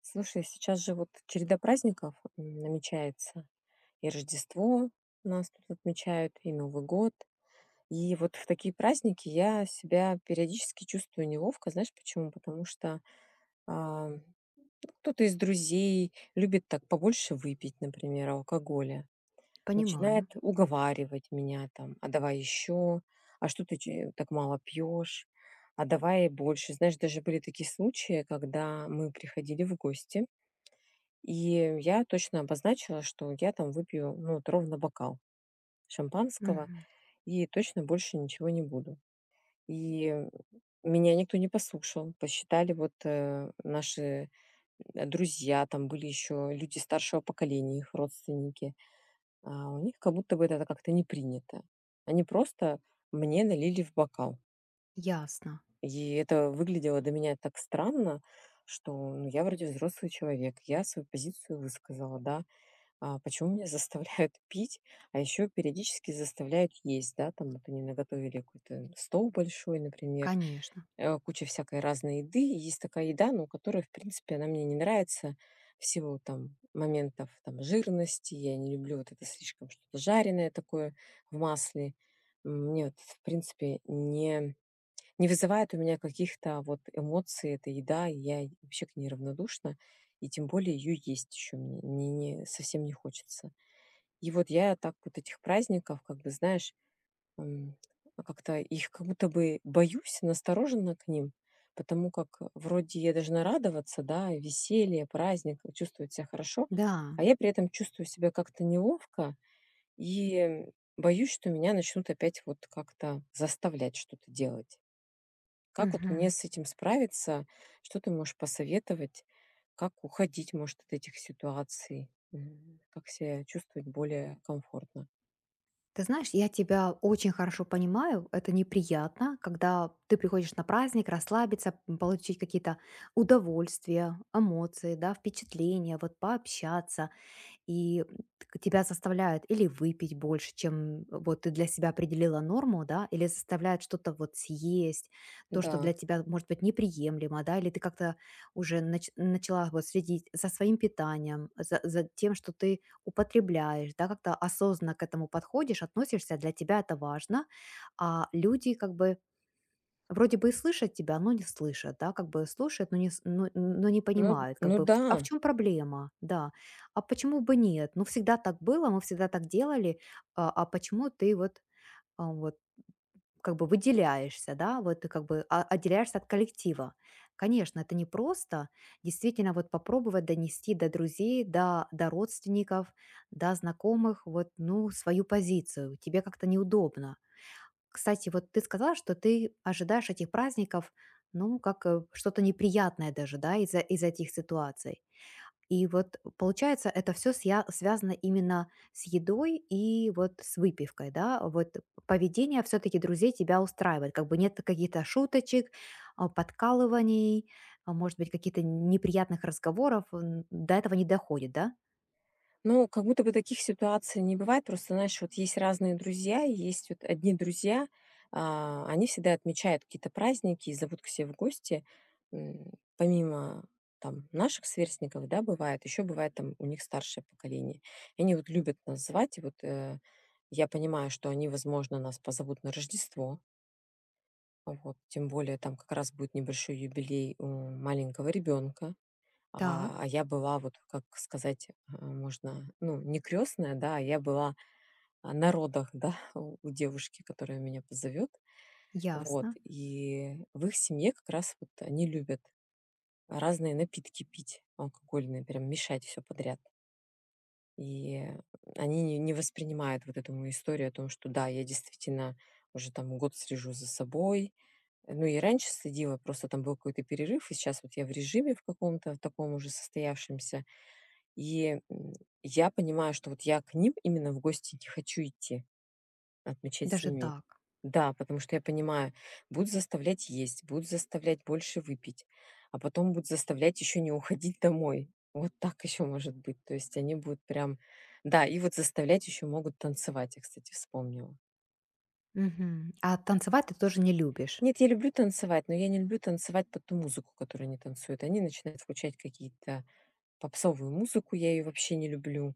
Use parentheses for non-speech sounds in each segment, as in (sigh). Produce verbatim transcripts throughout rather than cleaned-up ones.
Слушай, сейчас же вот череда праздников м, намечается. И Рождество у нас тут отмечают, и Новый год. И вот в такие праздники я себя периодически чувствую неловко. Знаешь почему? Потому что а, ну, кто-то из друзей любит так побольше выпить, например, алкоголя. Начинает Понимаю. уговаривать меня там, а давай еще, а что ты че- так мало пьешь, а давай больше. Знаешь, даже были такие случаи, когда мы приходили в гости, и я точно обозначила, что я там выпью, ну, вот ровно бокал шампанского, Мгм. и точно больше ничего не буду. И меня никто не послушал. Посчитали вот э, наши э, друзья, там были еще люди старшего поколения, их родственники. А у них как будто бы это как-то не принято. Они просто мне налили в бокал. Ясно. И это выглядело для меня так странно, что ну, я вроде взрослый человек, я свою позицию высказала, да. А почему меня заставляют (laughs) пить, а еще периодически заставляют есть, да, там вот они наготовили какой-то стол большой, например, Конечно. э, куча всякой разной еды, и есть такая еда, ну, которая, в принципе, она мне не нравится в силу там моментов там жирности, я не люблю вот это слишком что-то жареное такое в масле. М, мне вот, в принципе, не, не вызывает у меня каких-то вот эмоций эта еда, и я вообще к ней равнодушна, и тем более ее есть еще мне не, не- совсем не хочется. И вот я так вот этих праздников, как бы, знаешь, м, а как-то их как будто бы боюсь, настороженно к ним, потому как вроде я должна радоваться, да, и веселье, праздник, и чувствовать себя хорошо, Да. а я при этом чувствую себя как-то неловко и боюсь, что меня начнут опять вот как-то заставлять что-то делать. Как вот мне Мгм. с этим справиться? Что ты можешь посоветовать? Как уходить, может, от этих ситуаций? М, Как себя чувствовать более комфортно? Ты знаешь, я тебя очень хорошо понимаю. Это неприятно, когда ты приходишь на праздник, расслабиться, м, получить какие-то удовольствия, эмоции, да, впечатления, вот пообщаться. и м, тебя заставляют или выпить больше, чем э, вот ты для себя определила норму, да, или заставляют что-то вот съесть, то, Да, что для тебя может быть неприемлемо, да, или ты как-то уже нач- начала вот следить за своим питанием, за, за тем, что ты употребляешь, да, как-то осознанно к этому подходишь, относишься, для тебя это важно, а люди как бы вроде бы и слышат тебя, но не слышат, да, как бы слушают, но не, с- но, но не ну понимают, как ну бы, в- да. а в чем проблема, да, а почему бы нет, ну, всегда так было, мы всегда так делали, а, а почему ты вот, а, вот, как бы выделяешься, да, вот ты как бы а- отделяешься от коллектива. Конечно, это непросто, действительно, вот попробовать донести до друзей, до, до родственников, до знакомых, вот, ну, свою позицию, тебе как-то неудобно, кстати, вот ты сказала, что ты ожидаешь этих праздников, ну, как э, что-то неприятное даже, да, из-за из этих ситуаций. И вот получается, это все связано именно с едой и вот с выпивкой, да? Вот поведение все-таки друзей тебя устраивает, как бы нет каких-то шуточек, а, подкалываний, а, может быть, каких-то неприятных разговоров, м, до этого не доходит, да? Ну, как будто бы таких ситуаций не бывает. Просто, знаешь, вот есть разные друзья, и есть вот одни друзья, а, они всегда отмечают какие-то праздники и зовут к себе в гости. М, помимо там наших сверстников, да, бывает, еще бывает там у них старшее поколение. И они вот любят нас звать, и вот э, я понимаю, что они, возможно, нас позовут на Рождество, вот, тем более там как раз будет небольшой юбилей у маленького ребенка. А, Так, а я была, вот как сказать, а, можно, ну, не крестная, да, а я была а, на родах, да, (laughs) у у девушки, которая меня позовет. Вот. ясно. И в их семье как раз вот они любят разные напитки пить, алкогольные, прям мешать все подряд. И они не, не воспринимают вот эту мою историю о том, что да, я действительно уже там год слежу за собой. Ну и раньше следила, просто там был какой-то перерыв, и сейчас вот я в режиме в каком-то таком уже состоявшемся. И, м, я понимаю, что вот я к ним именно в гости не хочу идти, отмечать с Даже ними. так. Да, потому что я понимаю, будут заставлять есть, будут заставлять больше выпить, а потом будут заставлять еще не уходить домой. Вот так еще может быть. То есть они будут прям да, и вот заставлять еще могут танцевать, я, кстати, вспомнила. Мгм. А танцевать ты тоже не любишь. Нет, я люблю танцевать, но я не люблю танцевать под ту музыку, которую они танцуют. Они начинают включать какие-то попсовую музыку, я ее вообще не люблю.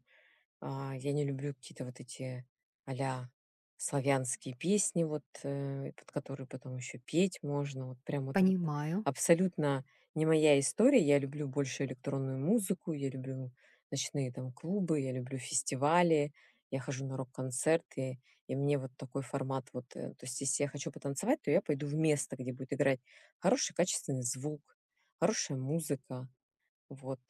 А, я не люблю какие-то вот эти а-ля славянские песни, вот, э, под которые потом еще петь можно. Вот прям это вот Понимаю. абсолютно не моя история. Я люблю больше электронную музыку, я люблю ночные там клубы, я люблю фестивали, я хожу на рок-концерты, и мне вот такой формат вот, э, то есть если я хочу потанцевать, то я пойду в место, где будет играть хороший качественный звук, хорошая музыка, вот.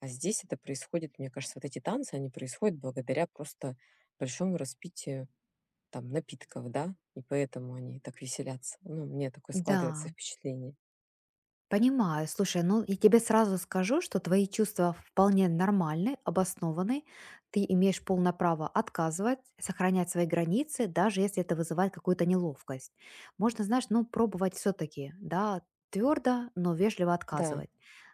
А здесь это происходит, мне кажется, вот эти танцы, они происходят благодаря просто большому распитию там напитков, да, и поэтому они так веселятся. Ну, мне такое Да, складывается впечатление. понимаю. Слушай, ну я тебе сразу скажу, что твои чувства вполне нормальны, обоснованы. Ты имеешь полное право отказывать, сохранять свои границы, даже если это вызывает какую-то неловкость. Можно, знаешь, ну пробовать все-таки, да, твердо, но вежливо Да, отказывать.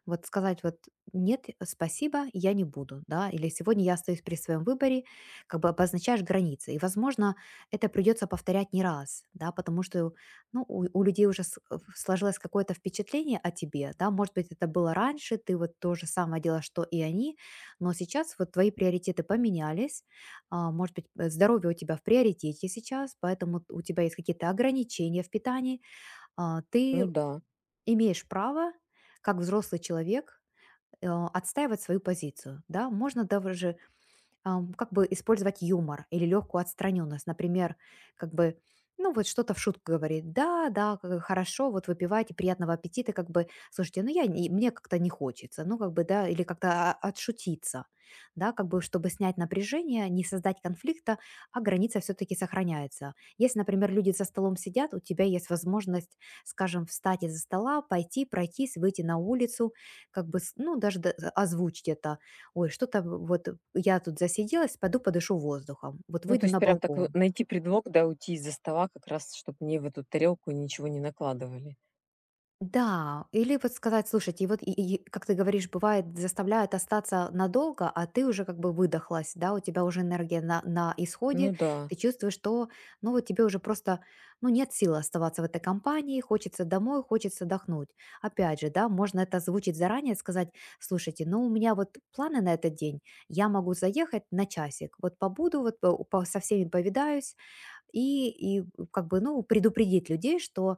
Вот сказать вот нет, спасибо, я не буду, да, или сегодня я остаюсь при своем выборе, как бы обозначаешь границы. И, возможно, это придется повторять не раз, да, потому что ну, у у людей уже с э, сложилось какое-то впечатление о тебе, да. Может быть, это было раньше, ты вот то же самое делала, что и они, но сейчас вот твои приоритеты поменялись. А, может быть, э, здоровье у тебя в приоритете сейчас, поэтому у тебя есть какие-то ограничения в питании. А, ну ты да. имеешь право, как взрослый человек, э, отстаивать свою позицию, да. Можно даже ам, как бы использовать юмор или легкую отстраненность. Например, как бы, ну вот что-то в шутку говорит, да, да, как бы хорошо, вот выпивайте, приятного аппетита, как бы, слушайте, ну я, не- мне как-то не хочется, ну как бы, да, или как-то а, отшутиться, да, как бы, чтобы снять напряжение, не создать конфликта, а граница все-таки сохраняется. Если, например, люди за столом сидят, у тебя есть возможность, скажем, встать из-за стола, пойти, пройтись, выйти на улицу, как бы, с- ну, даже д- озвучить это, ой, что-то вот э, я тут засиделась, пойду подышу воздухом, вот Ну, то выйду есть на прям так э, балкон. найти предлог, да, уйти из-за стола как раз, чтобы мне в эту тарелку ничего не накладывали. Да, или вот сказать, слушайте, и вот, и- и, как ты говоришь, бывает, заставляют остаться надолго, а ты уже как бы выдохлась, да, у тебя уже энергия на, на исходе, Ну да, ты чувствуешь, что, ну, вот тебе уже просто, ну, нет силы оставаться в этой компании, хочется домой, хочется отдохнуть. Опять же, да, можно это озвучить заранее, сказать, слушайте, ну, у меня вот планы на этот день, я могу заехать на часик, вот побуду, вот по- по- со всеми повидаюсь, И и как бы, ну, предупредить людей, что,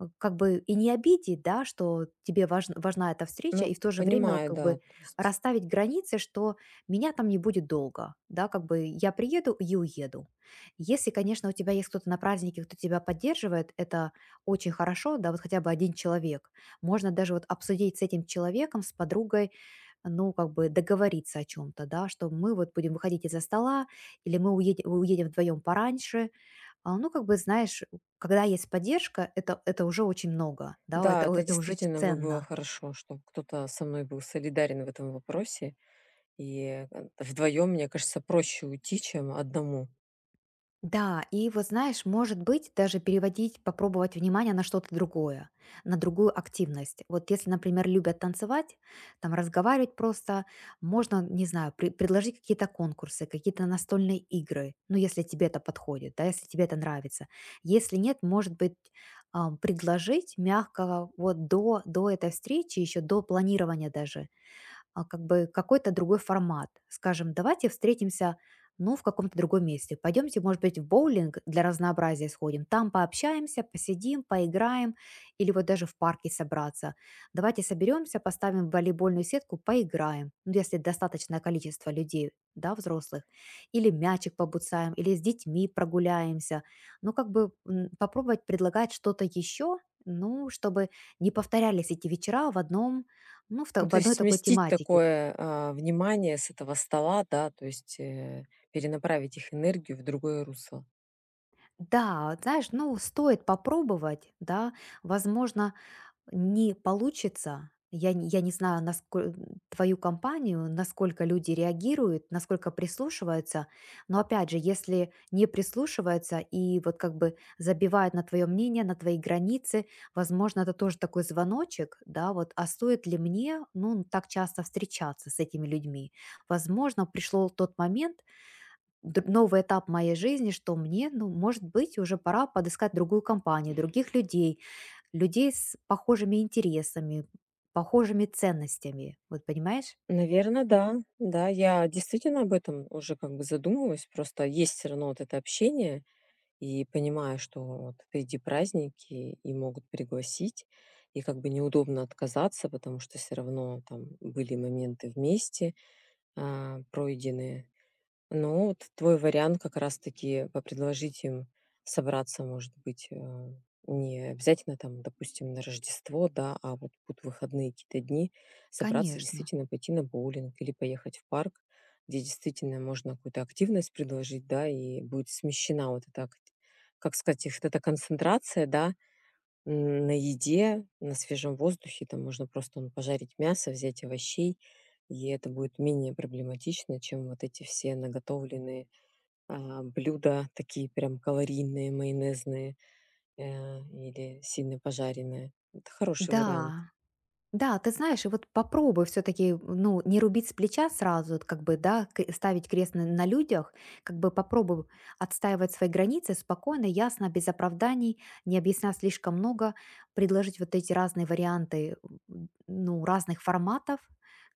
э, как бы и не обидеть, да, что тебе важн важна эта встреча, ну и в то же время понимаю, как да, бы то есть расставить границы, что меня там не будет долго, да, как бы я приеду и уеду. Если, конечно, у тебя есть кто-то на празднике, кто тебя поддерживает, это очень хорошо, да, вот хотя бы один человек. Можно даже вот обсудить с этим человеком, с подругой, ну, как бы договориться о чем то да, что мы вот будем выходить из-за стола или мы уедем уедем вдвоем пораньше, а, ну, как бы, знаешь, когда есть поддержка, это, это уже очень много, да, да, это, это это уже ч- действительно бы было ценно. хорошо, что кто-то со мной был солидарен в этом вопросе. И, э, вдвоем, мне кажется, проще уйти, чем одному. Да, и вот знаешь, может быть, даже переводить, попробовать внимание на что-то другое, на другую активность. Вот если, например, любят танцевать, там разговаривать просто, можно, не знаю, при- предложить какие-то конкурсы, какие-то настольные игры, ну, если тебе это подходит, да, если тебе это нравится. Если нет, может быть, ам, предложить мягкого вот до, до этой встречи, еще до планирования даже а, как бы какой-то другой формат. Скажем, давайте встретимся, ну, в каком-то другом месте. Пойдемте, может быть, в боулинг для разнообразия сходим. Там пообщаемся, посидим, поиграем или вот даже в парке собраться. Давайте соберемся, поставим волейбольную сетку, поиграем. Ну, если достаточное количество людей, да, взрослых. Или мячик побуцаем, или с детьми прогуляемся. Ну, как бы м, попробовать предлагать что-то еще, ну, чтобы не повторялись эти вечера в одном, ну, в, та- Ну, в то есть одной такой сместить тематике. такое, а, внимание с этого стола, да, то есть, э, перенаправить их энергию в другое русло. Да, вот знаешь, ну, стоит попробовать, да, возможно, не получится. Я, не- я не знаю, насколько твою компанию, насколько люди реагируют, насколько прислушиваются. Но опять же, если не прислушиваются и вот как бы забивают на твое мнение, на твои границы, возможно, это тоже такой звоночек, да, вот, а стоит ли мне, ну, так часто встречаться с этими людьми? Возможно, пришел тот момент, Д новый этап моей жизни, что мне, ну, может быть, уже пора подыскать другую компанию, других людей, людей с похожими интересами, похожими ценностями. Вот понимаешь? Наверное, да. Да, я действительно об этом уже как бы задумываюсь. Просто есть все равно вот это общение, и понимаю, что вот впереди праздники, и могут пригласить, и как бы неудобно отказаться, потому что все равно там были моменты вместе, а, пройденные. Ну, вот твой вариант как раз-таки по- предложить им собраться, может быть, э, не обязательно там, допустим, на Рождество, да, а вот будут выходные какие-то дни, собраться Конечно. действительно пойти на боулинг или поехать в парк, где действительно можно какую-то активность предложить, да, и будет смещена вот эта, ак- как сказать, их вот эта концентрация, да, М, на еде, на свежем воздухе. Там можно просто, ну, пожарить мясо, взять овощей, и это будет менее проблематично, чем вот эти все наготовленные, а, блюда, такие прям калорийные, майонезные, э, или сильно пожаренные. Это хороший вариант. Да. Да, ты знаешь, и вот попробуй все-таки, ну, не рубить с плеча сразу, вот как бы, да, к- ставить крест на, на людях, как бы попробуй отстаивать свои границы спокойно, ясно, без оправданий, не объясняя слишком много, предложить вот эти разные варианты, м, ну, разных форматов,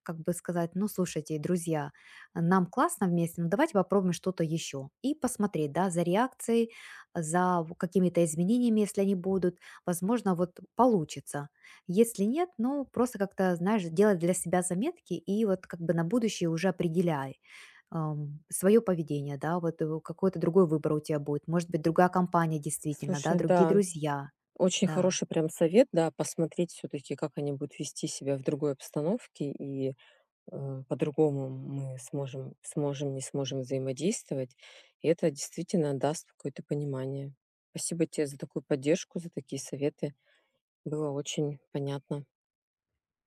как бы сказать, ну, слушайте, друзья, нам классно вместе, но давайте попробуем что-то еще. И посмотреть, да, за реакцией, за какими-то изменениями, если они будут, возможно, вот получится. Если нет, ну, просто как-то, знаешь, делай для себя заметки и вот как бы на будущее уже определяй свое поведение, да, вот э, какой-то другой выбор у тебя будет, может быть, другая компания действительно, да, Слушай, другие да, друзья, очень да. хороший прям совет, да, посмотреть все таки как они будут вести себя в другой обстановке и э, по-другому мы сможем, сможем, не сможем взаимодействовать. И это действительно даст какое-то понимание. Спасибо тебе за такую поддержку, за такие советы. Было очень понятно.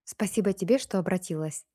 Спасибо тебе, что обратилась.